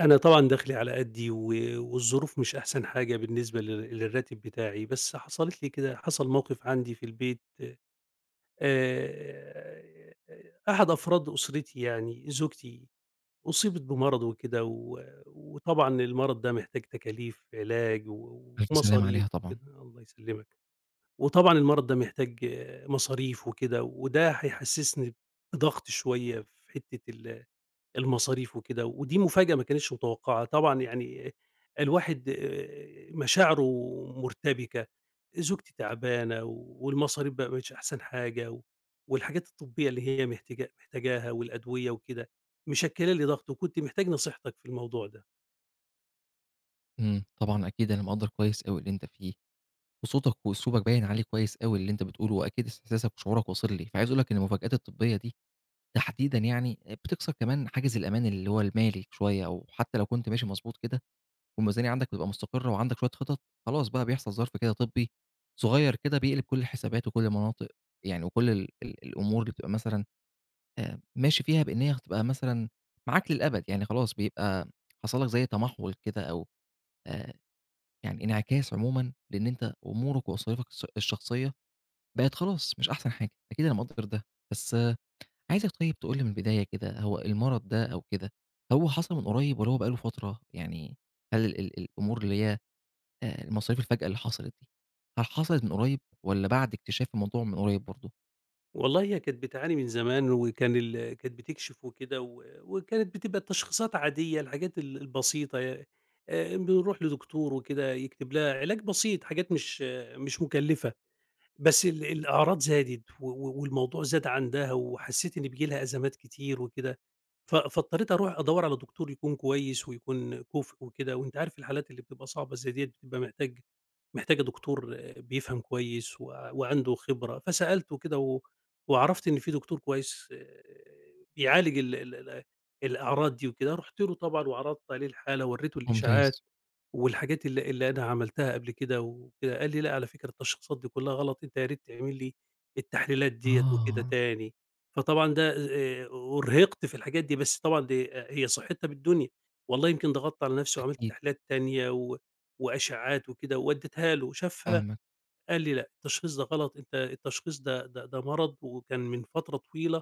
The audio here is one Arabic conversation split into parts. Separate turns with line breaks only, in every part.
أنا طبعًا دخلي على قدّي والظروف مش أحسن حاجة بالنسبة للراتب بتاعي، بس حصلت لي كده، حصل موقف عندي في البيت. آآ، أحد أفراد أسرتي يعني زوجتي أصيبت بمرض وكده، وطبعًا المرض ده محتاج تكاليف علاج
ألف سلامة
ومصاريف
عليها طبعًا،
وكده. الله يسلمك. وطبعًا المرض ده محتاج، مصاريف وكده، وده هيحسسني بضغط شوية في حتة المصاريف وكده، ودي مفاجأة ما كانتش متوقعة، طبعًا. يعني الواحد مشاعره مُرتبكة، زوجتي تعبانة، والمصاريف بقى ما بقتش أحسن حاجة، والحاجات الطبية اللي هي محتاجاها والأدوية وكده، مشكّلة لي ضغط، وكنت محتاج نصيحتك في الموضوع ده.
طبعًا أكيد أنا مقدّر كويس أوي اللي أنت فيه، وصوتك وأسلوبك باين عليه كويس أوي اللي أنت بتقوله، وأكيد إحساسك وشعورك واصل لي، فعايز أقول لك إن المفاجآت الطبية دي تحديدًا يعني بتكسر كمان حاجز الأمان اللي هو المالي شوية، أو حتى لو كنت ماشي مضبوط كده والميزانية عندك بتبقى مستقرة وعندك شوية خطط، خلاص بقى بيحصل ظرف كده طبي صغير كده بيقلب كل الحسابات وكل المناطق يعني وكل ال ال الأمور اللي بتبقى مثلًا ماشي فيها بإن هي هتبقى مثلًا معاك للأبد، يعني خلاص بيبقى حصل لك زي تمحُّل كده أو آآ يعني انعكاس عمومًا، لإن أنت أمورك ومصاريفك الشخصية بقت خلاص مش أحسن حاجة، أكيد أنا مقدّر ده، بس آه، عايزك طيب تقول لي من البداية كده، هو المرض ده أو كده، هو حصل من قريب والّا هو بقى له فترة؟ يعني هل ال ال الأمور اللي هي المصاريف الفجأة اللي حصلت دي، هل حصلت من قريب والّا بعد اكتشاف الموضوع من قريب برضه؟
والله هي كانت بتعاني من زمان، وكان ال كانت بتكشف وكده، وكانت بتبقى التشخيصات عادية، الحاجات البسيطة. ي بنروح لدكتور وكده يكتب لها علاج بسيط، حاجات مش مُكلّفة. بس الأعراض زادت، و و والموضوع زاد عندها، وحسّيت إن بييجي لها أزمات كتير وكده، فاضطريت أروح أدوّر على دكتور يكون كويس ويكون كُفء وكده. وأنت عارف الحالات اللي بتبقى صعبة زي ديّة بتبقى محتاجة دكتور، بيفهم كويس وعنده خبرة. فسألت وكده، وعرفت إن في دكتور كويس، بيعالج ال ال ال الأعراض دي وكده. رُحت له طبعًا وعرضت عليه الحالة وورّيته الإشاعات،
ممتاز.
والحاجات اللي أنا عملتها قبل كده وكده، قال لي: "لأ، على فكرة التشخيصات دي كلّها غلط، أنت يا ريت تعمل لي التحليلات ديّة وكده
آه،
تاني." فطبعًا ده، أُرهقت في الحاجات دي، بس طبعًا، دي آه، هي صحتها بالدنيا. والله يمكن ضغطت على نفسي وعملت
أكيد
تحليلات تانية وأشعّات وكده، وادّيتها له، شافها،
فاهمك،
قال لي: "لأ، التشخيص ده غلط، أنت التشخيص ده، مرض، وكان من فترة طويلة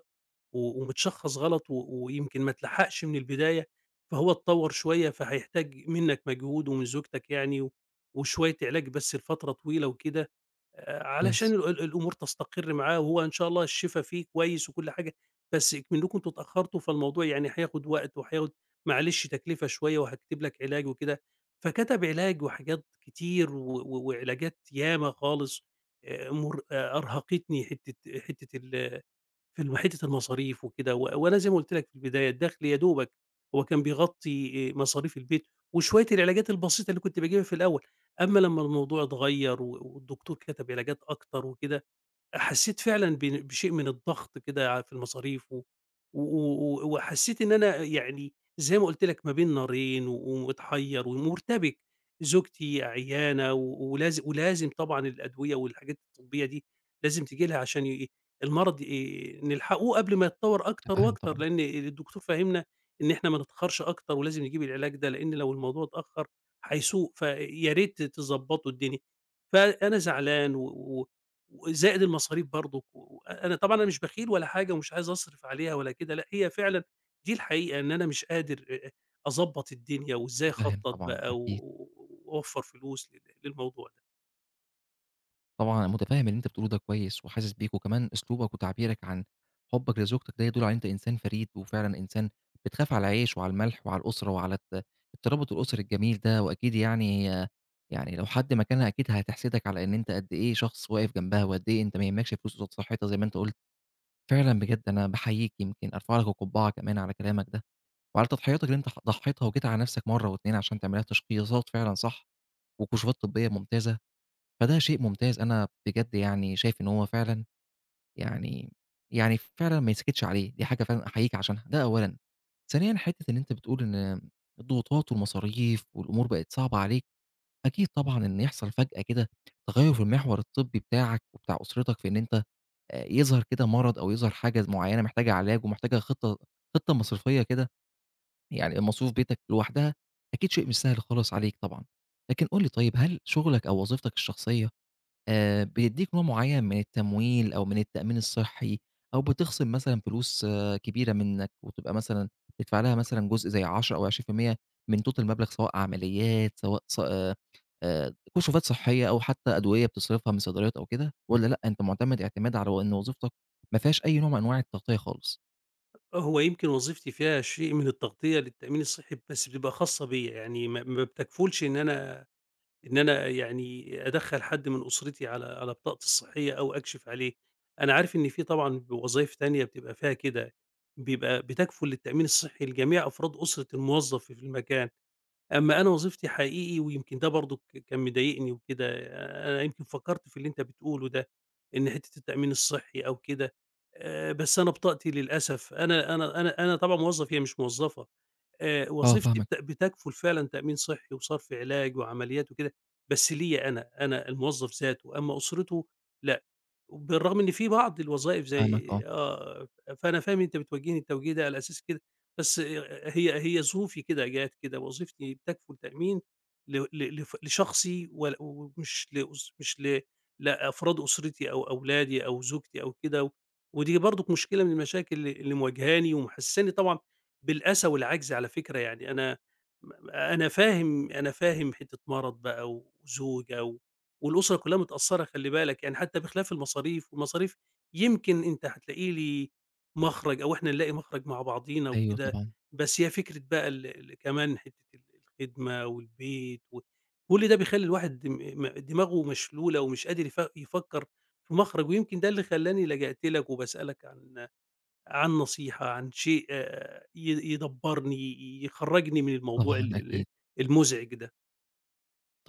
و ومتشخّص غلط، ويمكن ما اتلحقش من البداية، فهو اتطوّر شوية، فهيحتاج منّك مجهود ومن زوجتك يعني، وشوية علاج بس لفترة طويلة وكده، علشان
كويس،
ال ال الأمور تستقر معاه، وهو إن شاء الله الشفا فيه كويس وكل حاجة. بس إكمنّكم أنتم اتأخّرتوا، فالموضوع يعني هياخُد وقت، وهياخُد معلش تكلفة شوية، وهاكتب لك علاج وكده." فكتب علاج وحاجات كتير، و و وعلاجات ياما خالص. مر آه، أرهقتني حتّة حتّة ال في حتة المصاريف وكده. وأنا زي ما قُلت لك في البداية، الدخل يا دوبك هو كان بيغطي مصاريف البيت وشوية العلاجات البسيطة اللي كنت باجيبها في الأول، أمّا لمّا الموضوع اتغيّر والدكتور كتب علاجات أكتر وكده، حسيت فعلًا بشيء من الضغط كده في المصاريف، و و و وحسيت إن أنا يعني، زي ما قُلت لك، ما بين نارين، ومتحيّر ومُرتبِك. زوجتي عيانة، و ولاز ولازم طبعًا الأدوية والحاجات الطبية دي لازم تيجي لها، عشان المرض نلحقه قبل ما يتطور أكتر
متفهّم
وأكتر،
طبعًا،
لإن الدكتور فاهمنا إن إحنا ما نتأخرش أكتر، ولازم نجيب العلاج ده، لإن لو الموضوع اتأخر هيسوء، فيا ريت تضبّطوا الدنيا. فأنا زعلان، وزائد المصاريف برضه، أنا طبعًا، مش بخيل ولا حاجة، ومش عايز أصرف عليها ولا كده، لأ، هي فعلًا دي الحقيقة، إن أنا مش قادر أضبّط الدنيا وإزاي
متفهّم
أخطّط
طبعًا،
بقى،
أكيد.
وأوفّر فلوس للموضوع ده.
طبعًا أنا متفهم اللي أنت بتقوله ده كويس وحاسس بيك، وكمان أسلوبك وتعبيرك عن حُبّك لزوجتك ده يدل على إن أنت إنسان فريد، وفعلًا إنسان بتخاف على العيش وعلى الملح وعلى الأسرة وعلى الترابط الأسري الجميل ده، وأكيد يعني هي يعني لو حد مكانها أكيد هتحسدك على إن أنت قد إيه شخص واقف جنبها، وقد إيه أنت ما يهمكش فلوس قصاد صحتها زي ما أنت قُلت. فعلًا بجد أنا باحييك، يمكن أرفع لك القبعة كمان على كلامك ده، وعلى تضحياتك اللي أنت ضحيتها وجيت على نفسك مرّة و2 عشان تعمل لها تشخيصات فعلًا صح، وكشوفات طبية ممتازة. فده شيء ممتاز، أنا بجد يعني شايف إن هو فعلًا يعني فعلًا ما يتسكتش عليه، دي حاجة فعلًا أحييك عشانها، ده أولًا. ثانيًا حتّة إن أنت بتقول إن الضغوطات والمصاريف والأمور بقت صعبة عليك، أكيد طبعًا إن يحصل فجأة كده تغيُّر في المحور الطبّي بتاعك وبتاع أسرتك في إن أنت يظهر كده مرض أو يظهر حاجة معيّنة محتاجة علاج ومحتاجة خطّة مصرفية كده، يعني مصروف بيتك لوحدها أكيد شيء مش سهل خالص عليك طبعًا. لكن قُل لي طيب هل شغلك أو وظيفتك الشخصية بيدّيك نوع معيّن من التمويل أو من التأمين الصحّي أو بتخصم مثلًا فلوس كبيرة منّك وتبقى مثلًا تدفع لها مثلًا جزء زي 10 أو 20% من total مبلغ سواء عمليات سواء ص كشوفات صحّية أو حتّى أدوية بتصرفها من صيدليات أو كده والّا لأ، أنت مُعتمد اعتماد على إن وظيفتك ما فيهاش أي نوع من أنواع التغطية خالص؟
آه، هو يمكن وظيفتي فيها شيء من التغطية للتأمين الصحي، بس بتبقى خاصة بيّا، يعني ما بتكفُلش إن أنا يعني أدخّل حد من أسرتي على بطاقتي الصحية أو أكشف عليه. أنا عارف إن في طبعًا وظايف تانية بتبقى فيها كده، بيبقى بتكفُل للتأمين الصحي لجميع أفراد أسرة الموظف في المكان، أمّا أنا وظيفتي حقيقي، ويمكن ده برضه كان مضايقني وكده. أنا يمكن فكّرت في اللي أنت بتقوله ده، إن حتّة التأمين الصحي أو كده. بس أنا بطاقتي للأسف، أنا طبعًا موظف، هي مش موظفة.
آه
وظيفتي
فاهمك،
بتكفل فعلًا تأمين صحّي وصرف علاج وعمليات وكده، بس ليّا أنا، أنا الموظف ذاته، أمّا أسرته لأ. وبالرغم إن في بعض الوظائف
فاهمك
زي،
آه.
فأنا فاهم أنت بتوجّهني التوجيه ده على أساس كده، بس هي ظروفي كده جات كده، وظيفتي بتكفُل تأمين ل ل لف لشخصي ول ومش لأس مش ل لأفراد أسرتي أو أولادي أو زوجتي أو كده. ودي برضُك مشكلة من المشاكل اللي مواجهاني ومحسّساني طبعًا بالأسى والعَجْز على فكرة. يعني أنا، أنا فاهم، حتّة مرض بقى وزوجة، والأسرة كلّها متأثّرة، خلّي بالك، يعني حتّى بخلاف المصاريف، والمصاريف يمكن أنت هتلاقي لي مخرج، أو إحنا نلاقي مخرج مع بعضينا
أيوه
وكده.
طبعًا،
بس هي فكرة بقى ال ال كمان حتّة الخدمة والبيت، و كل ده بيخلّي الواحد دم م دماغه مشلولة، ومش قادر يفكّر في مخرج، ويمكن ده اللي خلّاني لجأت لك وباسألك عن، نصيحة، عن شيء ي يدبّرني، يخرّجني من الموضوع
طبعًا
ال ال
أكيد.
المُزعج ده.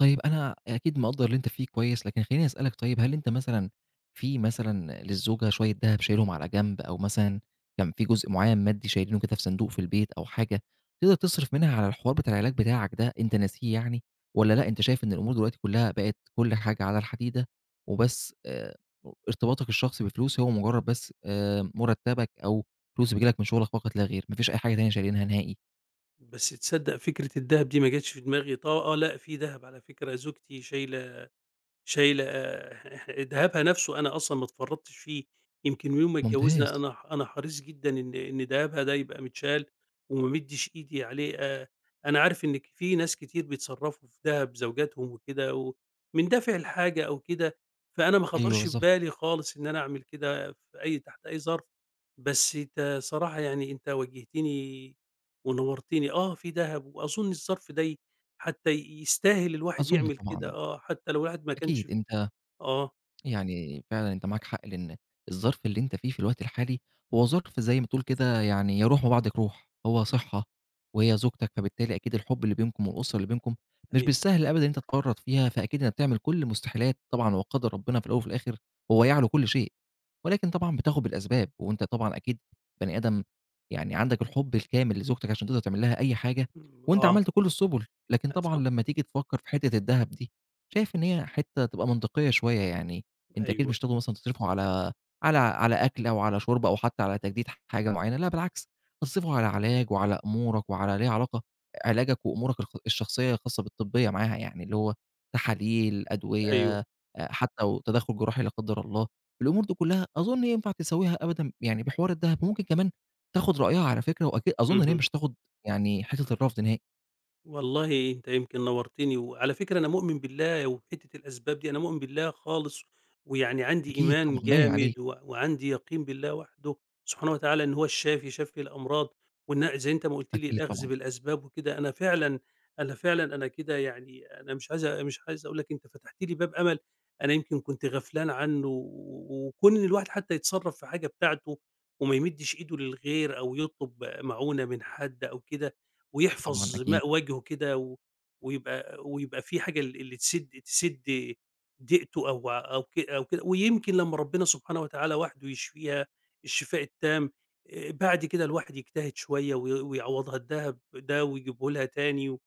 طيب أنا أكيد مقدّر اللي أنت فيه كويس، لكن خلّيني أسألك طيب هل أنت مثلًا في مثلًا للزوجة شوية دهب شايلهم على جنب، أو مثلًا كان في جزء معيّن مادي شايلينه كده في صندوق في البيت أو حاجة، تقدر تصرف منها على الحوار بتاع العلاج بتاعك ده أنت ناسيه يعني، والّا لأ أنت شايف إن الأمور دلوقتي كلّها بقت كل حاجة على الحديدة، وبس ارتباطك الشخصي بفلوس هو مجرّد بس مرتّبك أو فلوس بتيجي لك من شغلك فقط لا غير، ما فيش أي حاجة تانية شايلينها نهائي؟
بس تصدّق، فكرة الدهب دي ما جاتش في دماغي. ط آه لأ، في دهب على فكرة، زوجتي شايلة، دهبها نَفْسه أنا أصلًا ما اتفرّطتش فيه. يمكن من يوم ما اتجوّزنا،
ممتاز،
أنا، ح أنا حريص جدًا إن، دهبها ده يبقى متشال وما أمدّش إيدي عليه. أنا عارف إن، في ناس كتير بيتصرّفوا في دهب زوجاتهم وكده و من دافع الحاجة أو كده، فأنا ما
أيوه
خطرش في
بالضبط،
بالي خالص إن أنا أعمل كده في أي تحت أي ظرف. بس أنت صراحة يعني، أنت وجّهتني ونوّرتني، آه، في دهب، وأظن الظرف ده حتى يستاهل الواحد
أظن
يعمل كده،
طبعًا،
حتى لو الواحد ما كانش.
أكيد أنت
آه،
يعني فعلًا أنت معاك حق، لإن الظرف اللي أنت فيه في الوقت الحالي هو ظرف زي ما تقول كده يعني يا روح وبعضك روح، هو
إمم.
صِحّة وهي زوجتك، فبالتالي أكيد الحُب اللي بينكم والأسرة اللي بينكم مش
أيوه.
بالسهل أبدًا إن أنت تتورّط فيها، فأكيد إنّك بتعمل كل المستحيلات طبعًا وقدر ربنا في الأول وفي الآخر هو يعلو كل شيء، ولكن طبعًا بتاخُد بالأسباب، وأنت طبعًا أكيد بني آدم يعني عندك الحُب الكامل لزوجتك عشان تقدر تعمل لها أي حاجة،
إمم.
وأنت
آه.
عملت كل السُبُل، لكن طبعًا
صح.
لمّا تيجي تفكّر في حتّة الدهب دي، شايف إن هي حتّة تبقى منطقية شوية يعني أنت أكيد
أيوه.
مش هتاخده مثلًا تصرفه على أكل أو على شُرب أو حتى على تجديد حاجة معيّنة، لأ بالعكس، هتصرفه على علاج وعلى أمورك وعلى ليه علاقة علاجك وأمورك الشخصية الخاصة بالطبية معاها يعني، اللي هو تحاليل،
أيوه.
أدوية، حتى وتدخُّل جراحي لا قدّر الله، الأمور دي كلّها أظُن ينفع تساويها أبدًا يعني بحوار الدهب، وممكن كمان تاخُد رأيها على فكرة وأكيد أظُن إن هي
اهم.
مش هتاخُد يعني حتّة الرفض نهائي،
والله أنت يمكن نورتني، وعلى فكرة أنا مؤمن بالله وبحتة الأسباب دي، أنا مؤمن بالله خالص، ويعني عندي
أكيد طبعًا
إيمان
باين عليك،
جامد، وعندي يقين بالله وحده سبحانه وتعالى، إن هو الشافي، شافي الأمراض، وإن زي أنت ما قُلت لي،
أكيد
الأخذ
طبعًا،
بالأسباب وكده. أنا فعلًا، أنا كده يعني، أنا مش عايز، أقول لك، أنت فتحت لي باب أمل أنا يمكن كنت غفلان عنه، وكون إن الواحد حتى يتصرّف في حاجة بتاعته وما يمدّش إيده للغير، أو يطلب معونة من حد أو كده،
طبعًا
ويحفظ
أكيد،
ماء وجهه كده، ويبقى، في حاجة اللي تسد، ضيقته، أو أو ك أو كده. ويمكن لمّا ربنا سبحانه وتعالى وحده يشفيها الشفاء التام، بعد كده الواحد يجتهد شوية، ويعوضها الدهب ده ويجيبه لها تاني،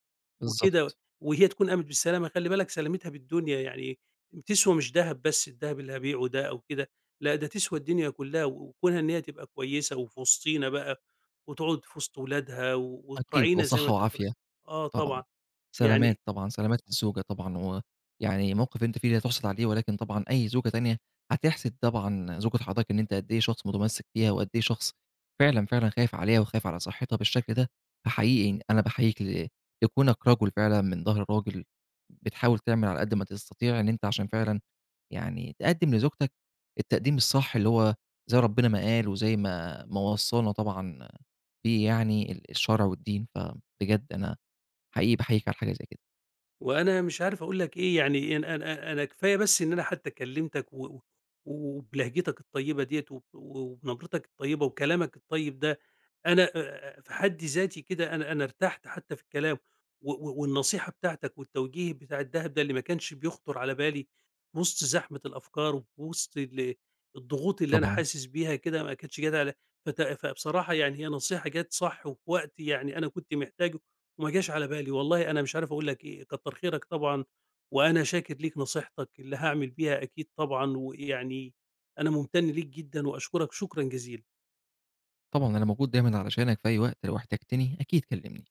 وكده،
بالضبط،
وهي تكون قامت بالسلامة. خلّي بالك، سلامتها بالدنيا، يعني تسوى مش دهب بس، الدهب اللي هابيعه ده أو كده، لأ، ده تسوى الدنيا كلّها، وكونها إن هي تبقى كويسة وفي وسطينا بقى، وتقعد في وسط ولادها،
أكيد وتبقى
وتراعينا زي ما
صحّة
كانت
وعافية.
بتراعينا. آه
طبعًا.
طبعًا،
سلامات
يعني،
طبعًا، سلامات للزوجة طبعًا، ويعني موقِف أنتِ فيه لا تُحسَد عليه، ولكن طبعًا أي زوجة تانية هتحسِد طبعًا زوجة حضرتك إن أنت قد إيه شخص متمسِّك بيها، وقد إيه شخص فعلًا، فعلًا خايف عليها وخايف على صحّتها بالشكل ده، فحقيقي أنا باحييك لكونك رجل فعلًا من ضهر راجل، بتحاول تعمل على قد ما تستطيع إن أنت عشان فعلًا يعني تقدِّم لزوجتك التقديم الصح اللي هو زي ربنا ما قال وزي ما وصّانا طبعًا بيه يعني الشرع والدين، فبجد أنا حقيقي باحييك على حاجة زي كده.
وأنا مش عارف أقول لك إيه. يعني أنا، كفاية بس إن أنا حتى كلّمتك، وبلهجتك الطيبة ديّة، وبنبرتك الطيبة وكلامك الطيب ده، أنا في حد ذاتي كده، أنا ارتحت حتى في الكلام و و والنصيحة بتاعتك والتوجيه بتاع الدهب ده، اللي ما كانش بيخطر على بالي في وسط زحمة الأفكار، وفي وسط الضغوط اللي أنا
طبعًا،
حاسس بيها كده، ما كانتش جات على، فبصراحة يعني هي نصيحة جات صح، وفي وقت يعني أنا كنت محتاجه، ما جاش على بالي. والله أنا مش عارف أقول لك إيه، كتّر خيرك طبعًا، وأنا شاكر ليك نصيحتك اللي هاعمل بيها أكيد طبعًا، ويعني أنا ممتن ليك جدًا، وأشكرك شكرًا جزيلًا.
طبعًا أنا موجود دايمًا علشانك في أي وقت، لو احتجتني أكيد كلمني.